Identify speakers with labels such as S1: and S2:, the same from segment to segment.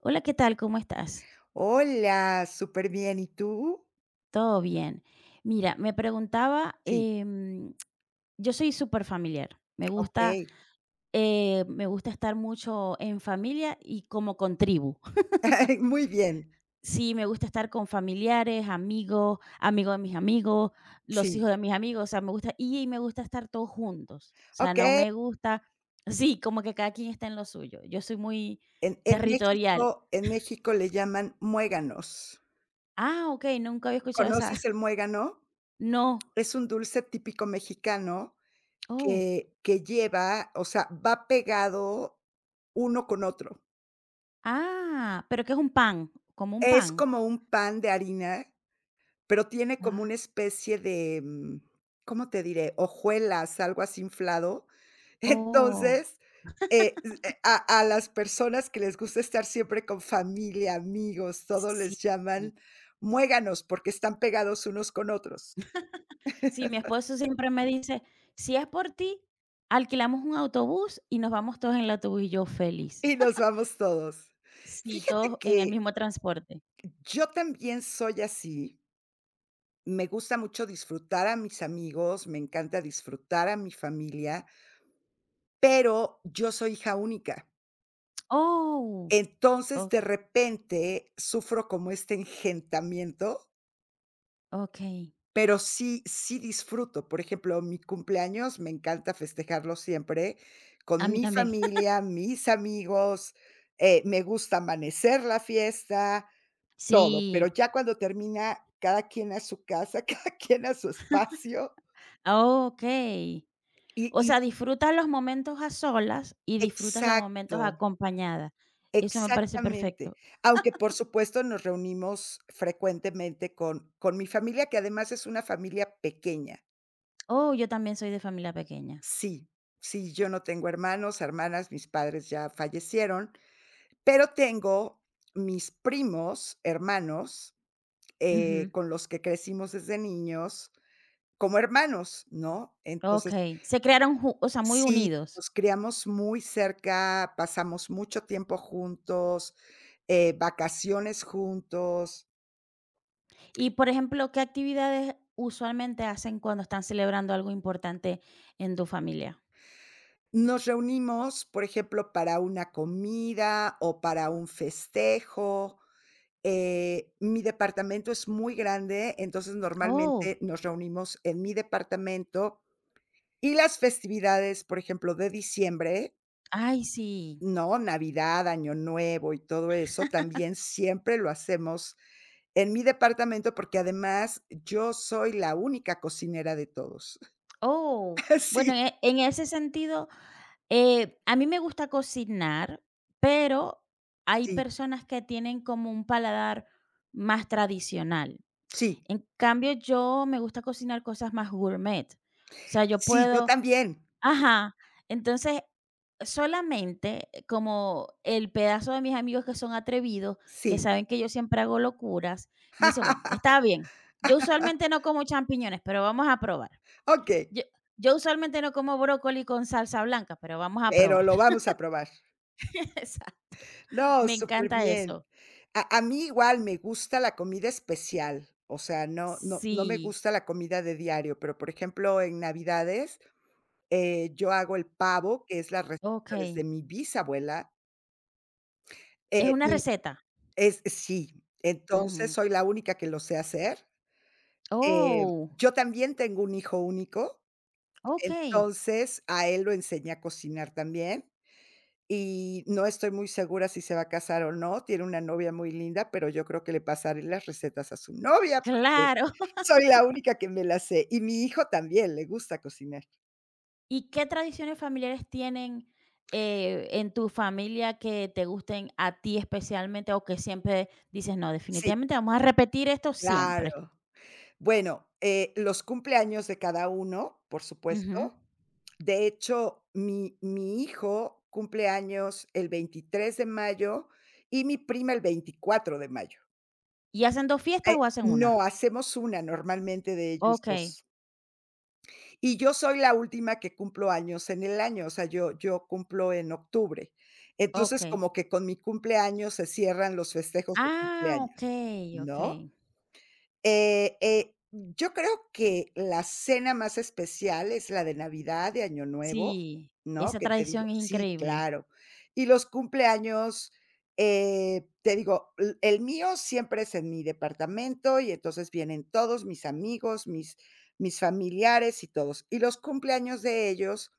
S1: Hola, ¿qué tal? ¿Cómo estás?
S2: Hola, súper bien. ¿Y tú?
S1: Todo bien. Mira, me preguntaba,
S2: Sí,
S1: yo soy súper familiar. Me gusta,
S2: okey.
S1: me gusta estar mucho en familia y como con tribu.
S2: Muy bien,
S1: Sí, me gusta estar con familiares, amigos, amigos de mis amigos, los hijos
S2: sí.
S1: de mis amigos. O sea, me gusta, y me gusta estar todos juntos. O sea, no
S2: Okey,
S1: me gusta, sí, como que cada quien está en lo suyo. Yo soy muy territorial.
S2: En México le llaman muéganos.
S1: Ah, ok, nunca había escuchado esa.
S2: ¿Conoces el muégano?
S1: No.
S2: Es un dulce típico mexicano
S1: Oh.
S2: que lleva, o sea, va pegado uno con otro.
S1: Ah, ¿pero que es un pan? ¿Como un pan?
S2: Es como un pan de harina. Pero tiene como
S1: Ah.
S2: una especie de, ¿cómo te diré? Hojuelas, algo así inflado.
S1: Oh.
S2: Entonces, s a las personas que les gusta estar siempre con familia, amigos, todo,
S1: Sí,
S2: les llaman muéganos, porque están pegados unos con otros,
S1: sí, mi esposo siempre me dice: "Si es por ti, alquilamos un autobús y nos vamos todos en el autobús", y yo feliz.
S2: y nos vamos todos.
S1: Sí,
S2: Fíjate
S1: todos en el
S2: que
S1: mismo transporte.
S2: yo también soy así, me gusta mucho disfrutar a mis amigos, me encanta disfrutar a mi familia, pero yo soy hija única.
S1: Oh,
S2: Entonces,
S1: ok,
S2: de repente, sufro como este engentamiento,
S1: okey.
S2: pero sí disfruto. Por ejemplo, mi cumpleaños me encanta festejarlo siempre
S1: A
S2: con
S1: mí
S2: mi
S1: también.
S2: familia, mis amigos, me gusta amanecer la fiesta, todo. Pero
S1: Sí.
S2: ya cuando termina, cada quien a su casa, cada quien a su espacio
S1: Ok.
S2: y
S1: O
S2: y
S1: sea, disfrutas los momentos a solas y disfrutas los momentos
S2: exacto.
S1: acompañada. Eso me parece
S2: Exactamente.
S1: perfecto.
S2: Aunque, por supuesto, nos reunimos frecuentemente con mi familia, que además es una familia pequeña.
S1: Oh, yo también soy de familia pequeña.
S2: Sí, sí, yo no tengo hermanos, hermanas, mis padres ya fallecieron, pero tengo mis primos, hermanos,
S1: Ujú.
S2: con los que crecimos desde niños como hermanos, ¿no? Entonces,
S1: Okey, se crearon ju o sea, muy
S2: sí,
S1: unidos.
S2: nos criamos muy cerca, pasamos mucho tiempo juntos, vacaciones juntos.
S1: Y, por ejemplo, ¿qué actividades usualmente hacen cuando están celebrando algo importante en tu familia?
S2: Nos reunimos, por ejemplo, para una comida o para un festejo. Mi departamento es muy grande, entonces
S1: Oh,
S2: normalmente nos reunimos en mi departamento y las festividades, por ejemplo, de diciembre,
S1: ay, sí.
S2: ¿no? Navidad, Año Nuevo y todo eso, también siempre lo hacemos en mi departamento, porque además yo soy la única cocinera de todos.
S1: Oh, bueno, en ese sentido, a mí me gusta cocinar, pero hay
S2: Sí, sí,
S1: personas que tienen como un paladar más tradicional.
S2: sí,
S1: En cambio, yo me gusta cocinar cosas más gourmet. O sea, yo
S2: sí, yo
S1: puedo.
S2: también,
S1: Ajá. Entonces, solamente como el pedazo de mis amigos que son atrevidos, que
S2: sí,
S1: saben que yo siempre hago locuras, me dice: "Bueno, está bien. Yo usualmente no como champiñones, pero vamos a probar.
S2: okey.
S1: Yo yo usualmente no como brócoli con salsa blanca, pero vamos a
S2: Pero
S1: probar".
S2: lo vamos a probar.
S1: Exacto.
S2: No,
S1: Me encanta
S2: superbién.
S1: eso.
S2: A mí igual me gusta la comida especial, o sea, no me
S1: Sí,
S2: gusta la comida de diario, pero, por ejemplo, en Navidades, yo hago el pavo, que es la receta
S1: okey.
S2: desde mi bisabuela,
S1: Es
S2: eh,
S1: una
S2: y
S1: receta.
S2: entonces
S1: Ujú.
S2: soy la única que lo sé hacer.
S1: Oh,
S2: Yo también tengo un hijo único,
S1: okey.
S2: entonces a él lo enseñé a cocinar también. Y no estoy muy segura si se va a casar o no, tiene una novia muy linda, pero yo creo que le pasaré las recetas a su novia, porque
S1: Claro.
S2: soy la única que me las sé, y mi hijo también le gusta cocinar.
S1: ¿Y qué tradiciones familiares tienen, en tu familia que te gusten a ti especialmente, o que siempre dices: "No,
S2: Sí,
S1: definitivamente vamos a repetir esto siempre"?
S2: claro. Bueno, los cumpleaños de cada uno, por
S1: Ujú.
S2: supuesto. De hecho, mi hijo cumple años el 23 de mayo y mi prima el 24 de mayo.
S1: ¿Y hacen 2 fiestas
S2: Eh,
S1: o hacen
S2: no,
S1: una?
S2: hacemos una normalmente de ellos
S1: Okey,
S2: 2. Y yo soy la última que cumplo años en el año, o sea, yo cumplo en octubre. Entonces,
S1: okey.
S2: como que con mi cumpleaños se cierran los festejos de
S1: Ah,
S2: cumpleaños,
S1: okey, okey.
S2: ¿no? Yo creo que la cena más especial es la de Navidad, de Año Nuevo,
S1: Sí,
S2: ¿no?
S1: esa
S2: Que te digo
S1: tradición es
S2: sí,
S1: increíble.
S2: claro. Y los cumpleaños, te digo, l el mío siempre es en mi departamento, y entonces vienen todos mis amigos, mis familiares y todos. Y los cumpleaños de ellos,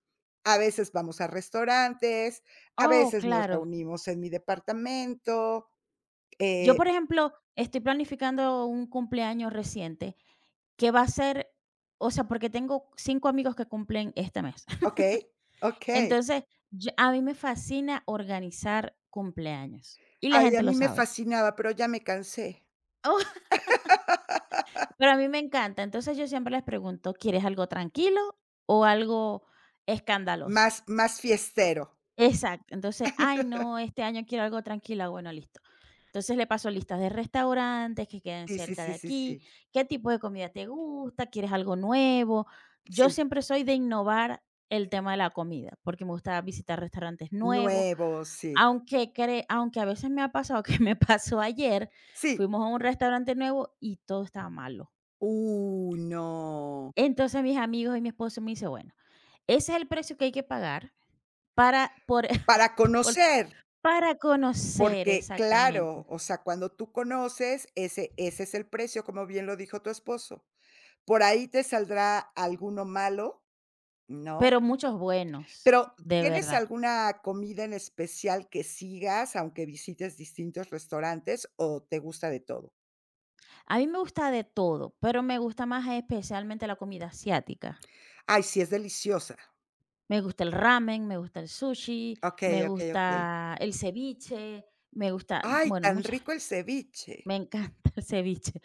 S2: a veces vamos a restaurantes, a
S1: Oh,
S2: veces nos
S1: claro.
S2: reunimos en mi departamento,
S1: Yo,
S2: eh,
S1: por ejemplo, estoy planificando un cumpleaños reciente que va a ser, o sea, porque tengo 5 amigos que cumplen este mes.
S2: okey, okey.
S1: Entonces, yo a mí me fascina organizar cumpleaños, y la
S2: Ay, a
S1: gente lo
S2: mí me
S1: sabe.
S2: fascinaba, pero ya me cansé.
S1: Pero a mí me encanta. Entonces, yo siempre les pregunto: "¿Quieres algo tranquilo o algo escandaloso?".
S2: Más más fiestero.
S1: Exacto. Entonces: "Ay, no, este año quiero algo tranquila". Bueno, listo. Entonces le paso listas de restaurantes que queden
S2: Sí, sí,
S1: cerca de
S2: sí, sí,
S1: aquí,
S2: sí.
S1: qué tipo de comida te gusta, quieres algo nuevo. Yo
S2: Sí,
S1: siempre soy de innovar el tema de la comida, porque me gusta visitar restaurantes nuevos,
S2: nuevo, sí.
S1: aunque cre aunque a veces me ha pasado, que me pasó ayer,
S2: Sí.
S1: fuimos a un restaurante nuevo y todo estaba malo.
S2: No.
S1: Entonces mis amigos y mi esposo me dice: "Bueno, ese es el precio que hay que pagar para por
S2: Para
S1: por
S2: conocer,
S1: para conocer",
S2: porque claro,
S1: exactamente,
S2: o sea, cuando tú conoces, ese ese es el precio, como bien lo dijo tu esposo. Por ahí te saldrá alguno malo, ¿no?
S1: pero muchos buenos,
S2: Pero
S1: de
S2: ¿tienes
S1: verdad.
S2: alguna comida en especial que sigas, aunque visites distintos restaurantes, o te gusta de todo?
S1: A mí me gusta de todo, pero me gusta más especialmente la comida asiática.
S2: Ay, sí, es deliciosa.
S1: Me gusta el ramen, me gusta el sushi,
S2: Okey,
S1: me
S2: okey, okey.
S1: gusta el ceviche, me gusta,
S2: Ay,
S1: bueno,
S2: tan
S1: muchas,
S2: rico el ceviche.
S1: me encanta el ceviche.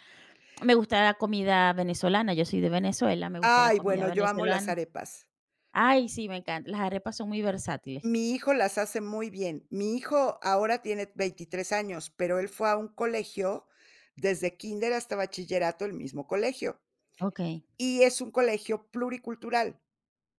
S1: Me gusta la comida venezolana, yo soy de Venezuela, me gusta la
S2: Ay,
S1: comida
S2: bueno, yo amo las
S1: venezolana.
S2: arepas.
S1: Ay, sí, me encanta. Las arepas son muy versátiles.
S2: Mi hijo las hace muy bien. Mi hijo ahora tiene 23 años, pero él fue a un colegio, desde kinder hasta bachillerato, el mismo colegio,
S1: Ok.
S2: y es un colegio pluricultural.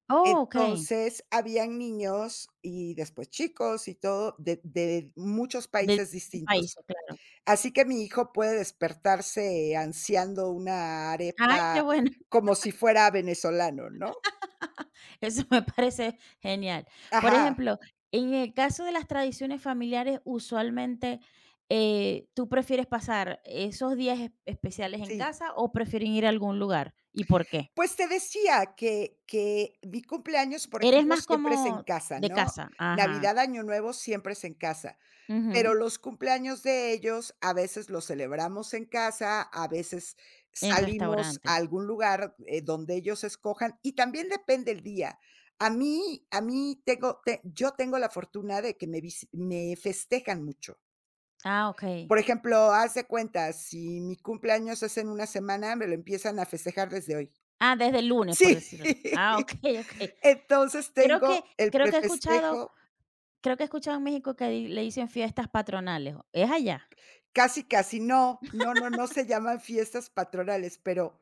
S1: Oh, ok.
S2: Entonces, habían niños y después chicos y todo de muchos
S1: De
S2: países
S1: distintos
S2: distintos.
S1: países, claro.
S2: Así que mi hijo puede despertarse ansiando una
S1: Ay, qué
S2: arepa
S1: bueno.
S2: como si fuera venezolano, ¿no?
S1: Eso me parece genial. Por
S2: Ajá,
S1: ejemplo, en el caso de las tradiciones familiares, usualmente, ¿tú prefieres pasar esos días especiales en
S2: sí.
S1: casa o prefieren ir a algún lugar? ¿Y por qué?
S2: Pues te decía que mi cumpleaños, por
S1: Eres
S2: ejemplo,
S1: más
S2: siempre es en
S1: como
S2: casa,
S1: de
S2: ¿no?
S1: casa, ajá.
S2: Navidad, Año Nuevo siempre es en casa. Pero
S1: Ujú.
S2: los cumpleaños de ellos a veces los celebramos en casa, a veces
S1: En
S2: salimos
S1: restaurante.
S2: a algún lugar, donde ellos escojan, y también depende el día. A mí tengo te Yo tengo la fortuna de que me festejan mucho.
S1: Ah, ok.
S2: Por ejemplo, haz de cuenta, si mi cumpleaños es en una semana, me lo empiezan a festejar desde hoy.
S1: Ah, desde el lunes, por
S2: Sí.
S1: decir. Ah, ok. Ok.
S2: Entonces
S1: Creo que,
S2: tengo el
S1: creo que he escuchado,
S2: prefestejo.
S1: creo que he escuchado en México que le dicen fiestas patronales. ¿Es allá?
S2: Casi, casi no. No, no, no se llaman fiestas patronales, pero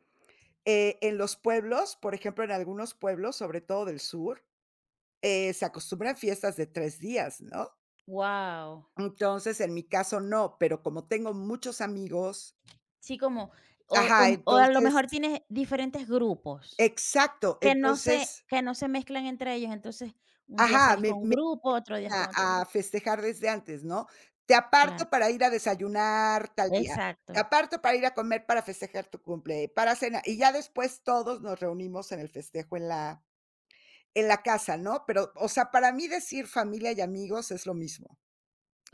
S2: En los pueblos, por ejemplo, en algunos pueblos, sobre todo del sur, se acostumbran fiestas de 3 días, ¿no?
S1: Wow.
S2: Entonces, en mi caso no, pero como tengo muchos amigos
S1: Sí, como
S2: ajá,
S1: o a lo
S2: entonces
S1: mejor tienes diferentes grupos
S2: exacto, entonces
S1: que no se mezclan entre ellos, entonces un día
S2: ajá,
S1: sales con
S2: me
S1: un
S2: me
S1: grupo, otro día
S2: iban
S1: con otro
S2: a
S1: grupo.
S2: festejar desde antes, ¿no? Te
S1: Claro,
S2: aparto para ir a desayunar tal día, te
S1: exacto.
S2: aparto para ir a comer para festejar tu cumple, para cenar, y ya después todos nos reunimos en el festejo en la en la casa, ¿no? Pero, o sea, para mí decir familia y amigos es lo mismo.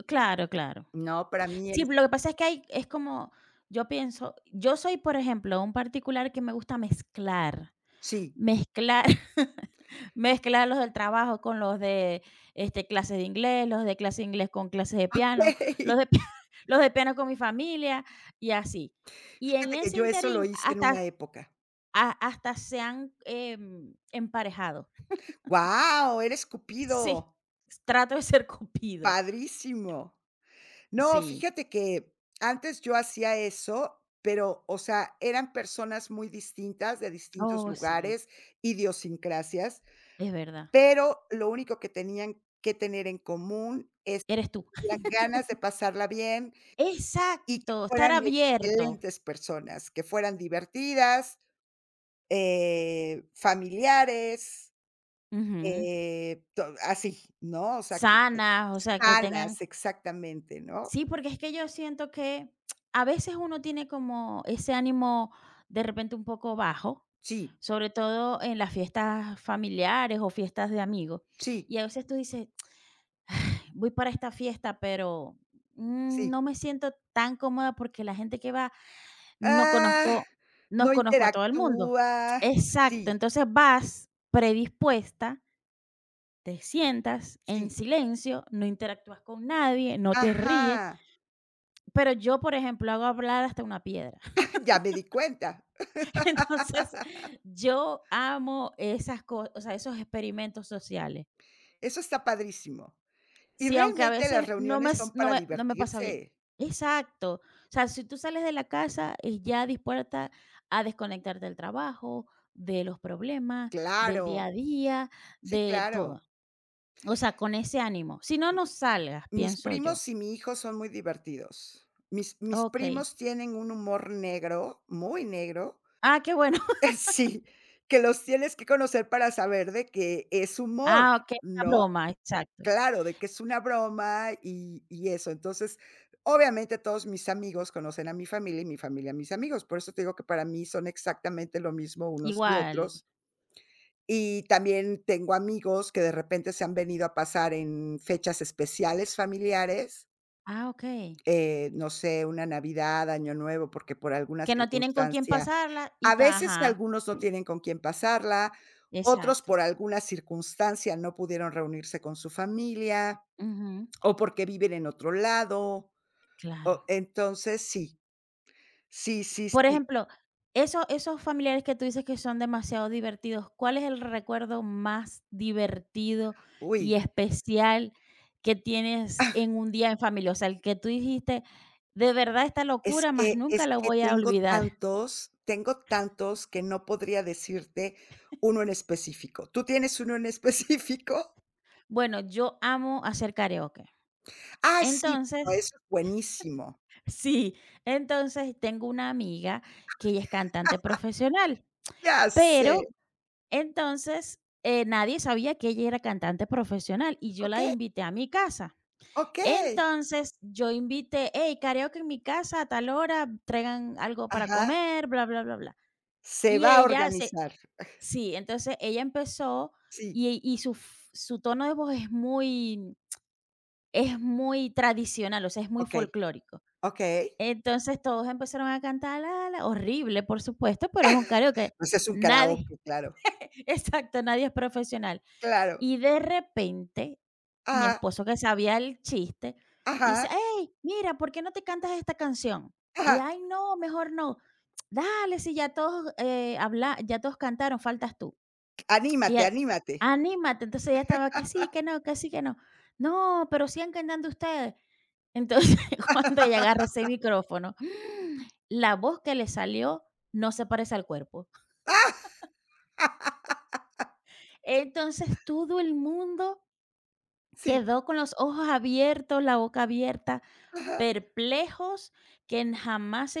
S1: Claro, claro.
S2: No, para mí
S1: Sí,
S2: es
S1: lo que pasa es que hay es como yo pienso. Yo soy, por ejemplo, un particular que me gusta mezclar,
S2: sí.
S1: mezclar. Mezclar los del trabajo con los de, este, clases de inglés, los de clase de inglés con clases de piano, los de piano, los de piano con mi familia y así. Y en
S2: Fíjate que
S1: ese
S2: yo eso lo
S1: interín
S2: hice en una
S1: hasta
S2: época.
S1: ha hasta se han, emparejado.
S2: Guau, eres
S1: Sí,
S2: Cupido,
S1: trato de ser cupido.
S2: padrísimo. No,
S1: Sí.
S2: fíjate que antes yo hacía eso, pero, o sea, eran personas muy distintas, de distintos
S1: Oh, sí,
S2: lugares, idiosincrasias,
S1: es verdad.
S2: pero lo único que tenían que tener en común es
S1: Eres tú.
S2: las ganas de pasarla bien. Y
S1: Exacto,
S2: que
S1: estar
S2: fueran
S1: abierto.
S2: excelentes personas, que fueran divertidas, familiares,
S1: Ujú.
S2: to así, ¿no? O sea, que
S1: Sanas, o sea, que tengan.
S2: sanas, exactamente, ¿no?
S1: Sí, porque es que yo siento que a veces uno tiene como ese ánimo de repente un poco bajo,
S2: Sí,
S1: sobre todo en las fiestas familiares o fiestas de amigos.
S2: sí,
S1: Y a veces tú dices: "Ch, voy para esta fiesta, pero mm,
S2: sí.
S1: no me siento tan cómoda porque la gente que va no
S2: Ah,
S1: conozco, no
S2: no
S1: conozco a todo el mundo".
S2: interactúa. Sí,
S1: Exacto, entonces vas predispuesta, te sientas en
S2: sí.
S1: silencio, no interactúas con nadie, no te ríes.
S2: Ajá.
S1: Pero yo, por ejemplo, hago hablar hasta una piedra.
S2: Ya me di cuenta.
S1: Entonces, yo amo esas cosas, o sea, esos experimentos sociales.
S2: Eso está padrísimo. Y
S1: Sí, aunque a
S2: realmente las
S1: veces
S2: reuniones son para
S1: no me pasa bien.
S2: divertirse.
S1: Exacto. O sea, si tú sales de la casa, y ya dispuesta a desconectarte del trabajo, de los problemas, del día
S2: Claro.
S1: a día,
S2: Sí,
S1: de todo.
S2: claro.
S1: O sea, con ese ánimo. Si no, no salgas,
S2: Mis
S1: pienso yo.
S2: primos y mi hijo son muy divertidos. Mis
S1: Okey.
S2: primos tienen un humor negro, muy negro,
S1: Ah, qué bueno.
S2: sí, que los tienes que conocer para saber de que es humor,
S1: Ah, okey, una
S2: ¿no?
S1: broma, exacto.
S2: Claro, de que es una broma y eso. Entonces, obviamente, todos mis amigos conocen a mi familia y mi familia a mis amigos. Por eso te digo que para mí son exactamente lo mismo unos y
S1: Igual.
S2: otros. Y también tengo amigos que de repente se han venido a pasar en fechas especiales familiares
S1: Ah, okey.
S2: no sé, una Navidad, Año Nuevo, porque por alguna
S1: Que no tienen con quién
S2: circunstancia
S1: pasarla y
S2: a
S1: ta
S2: veces
S1: ajá,
S2: algunos no tienen con quién pasarla, otros
S1: exacto.
S2: por alguna circunstancia no pudieron reunirse con su familia,
S1: Ujú,
S2: o porque viven en otro lado,
S1: claro.
S2: o entonces sí, sí, sí,
S1: Por
S2: sí.
S1: ejemplo, esos familiares que tú dices que son demasiado divertidos, ¿cuál es el recuerdo más divertido y
S2: Uy,
S1: especial que tienes
S2: ah,
S1: en un día en familia? O sea, el que tú dijiste: "De verdad, esta locura más nunca
S2: es
S1: la
S2: que
S1: voy a olvidar".
S2: tengo tantos que no podría decirte uno en específico. ¿Tú tienes uno en específico?
S1: Bueno, yo amo hacer karaoke.
S2: Ah, sí, bueno
S1: Entonces
S2: eso es buenísimo.
S1: sí, entonces tengo una amiga que ella es cantante profesional,
S2: Ya sé,
S1: pero entonces, nadie sabía que ella era cantante profesional y yo la
S2: okey,
S1: invité a mi casa.
S2: okey.
S1: Entonces, yo invité, hey, karaoke en mi casa a tal hora, traigan algo para
S2: Ajá,
S1: comer, bla, bla, bla, bla.
S2: se
S1: Y
S2: va a
S1: ella se,
S2: organizar.
S1: sí, entonces ella empezó
S2: Sí,
S1: y su tono de voz es muy tradicional, o sea, es muy
S2: okey,
S1: folclórico.
S2: okey.
S1: Entonces todos empezaron a cantar, la, horrible, por supuesto, pero es un karaoke.
S2: Pues es un
S1: Nadie,
S2: karaoke, claro,
S1: exacto, nadie es profesional.
S2: claro.
S1: Y de repente, mi
S2: Ajá,
S1: esposo, que sabía el chiste, dice:
S2: ajá,
S1: "Hey, mira, ¿por qué no te cantas esta canción?".
S2: ajá.
S1: Y: "Ay, no, mejor no". "Dale, si ya todos, habla ya todos cantaron, faltas tú". Y
S2: Anímate,
S1: a
S2: anímate.
S1: "Anímate". Entonces ella estaba que sí, que no, que sí, que no. "No, pero sigan cantando ustedes". Entonces, cuando ella agarra ese micrófono, la voz que le salió no se parece al cuerpo.
S2: Ah,
S1: Entonces, todo el mundo
S2: sí,
S1: quedó con los ojos abiertos, la boca abierta,
S2: ajá.
S1: perplejos, que en jamás se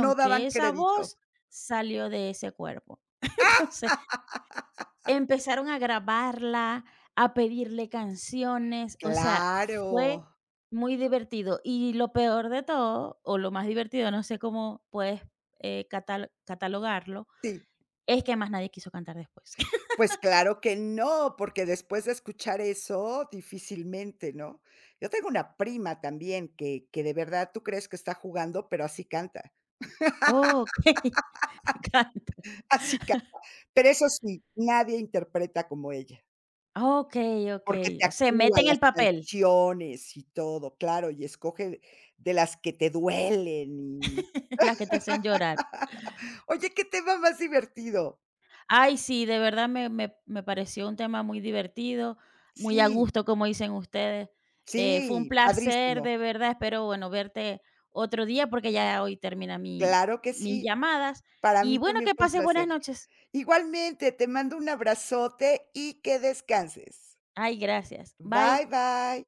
S2: No daban
S1: que esa
S2: crédito.
S1: voz salió de ese cuerpo. Entonces, empezaron a grabarla, a pedirle canciones, o sea,
S2: Claro,
S1: fue muy divertido. Y lo peor de todo, o lo más divertido, no sé cómo puedes, catalogarlo,
S2: sí.
S1: es que más nadie quiso cantar después.
S2: Pues claro que no, porque después de escuchar eso, difícilmente, ¿no? Yo tengo una prima también que de verdad tú crees que está jugando, pero así canta,
S1: Okey. Canta.
S2: así canta. Pero eso sí, nadie interpreta como ella,
S1: Okey, okey.
S2: porque te
S1: Se
S2: actúa
S1: mete en el
S2: las
S1: papel.
S2: canciones y todo, claro, y escoge de las que te duelen y
S1: Las que te hacen llorar.
S2: oye, qué tema más divertido.
S1: Ay, sí, de verdad me pareció un tema muy divertido, muy a
S2: Sí,
S1: gusto, como dicen ustedes. Fue un
S2: sí,
S1: placer,
S2: padrísimo.
S1: de verdad, espero, bueno, verte otro día, porque ya hoy termina mi
S2: Claro que
S1: mis
S2: sí,
S1: llamadas.
S2: para
S1: Y
S2: mí
S1: bueno,
S2: también
S1: que
S2: fue un
S1: pases buenas
S2: placer.
S1: noches.
S2: Igualmente, te mando un abrazote y que descanses.
S1: Ay, gracias. Bye.
S2: Bye, bye.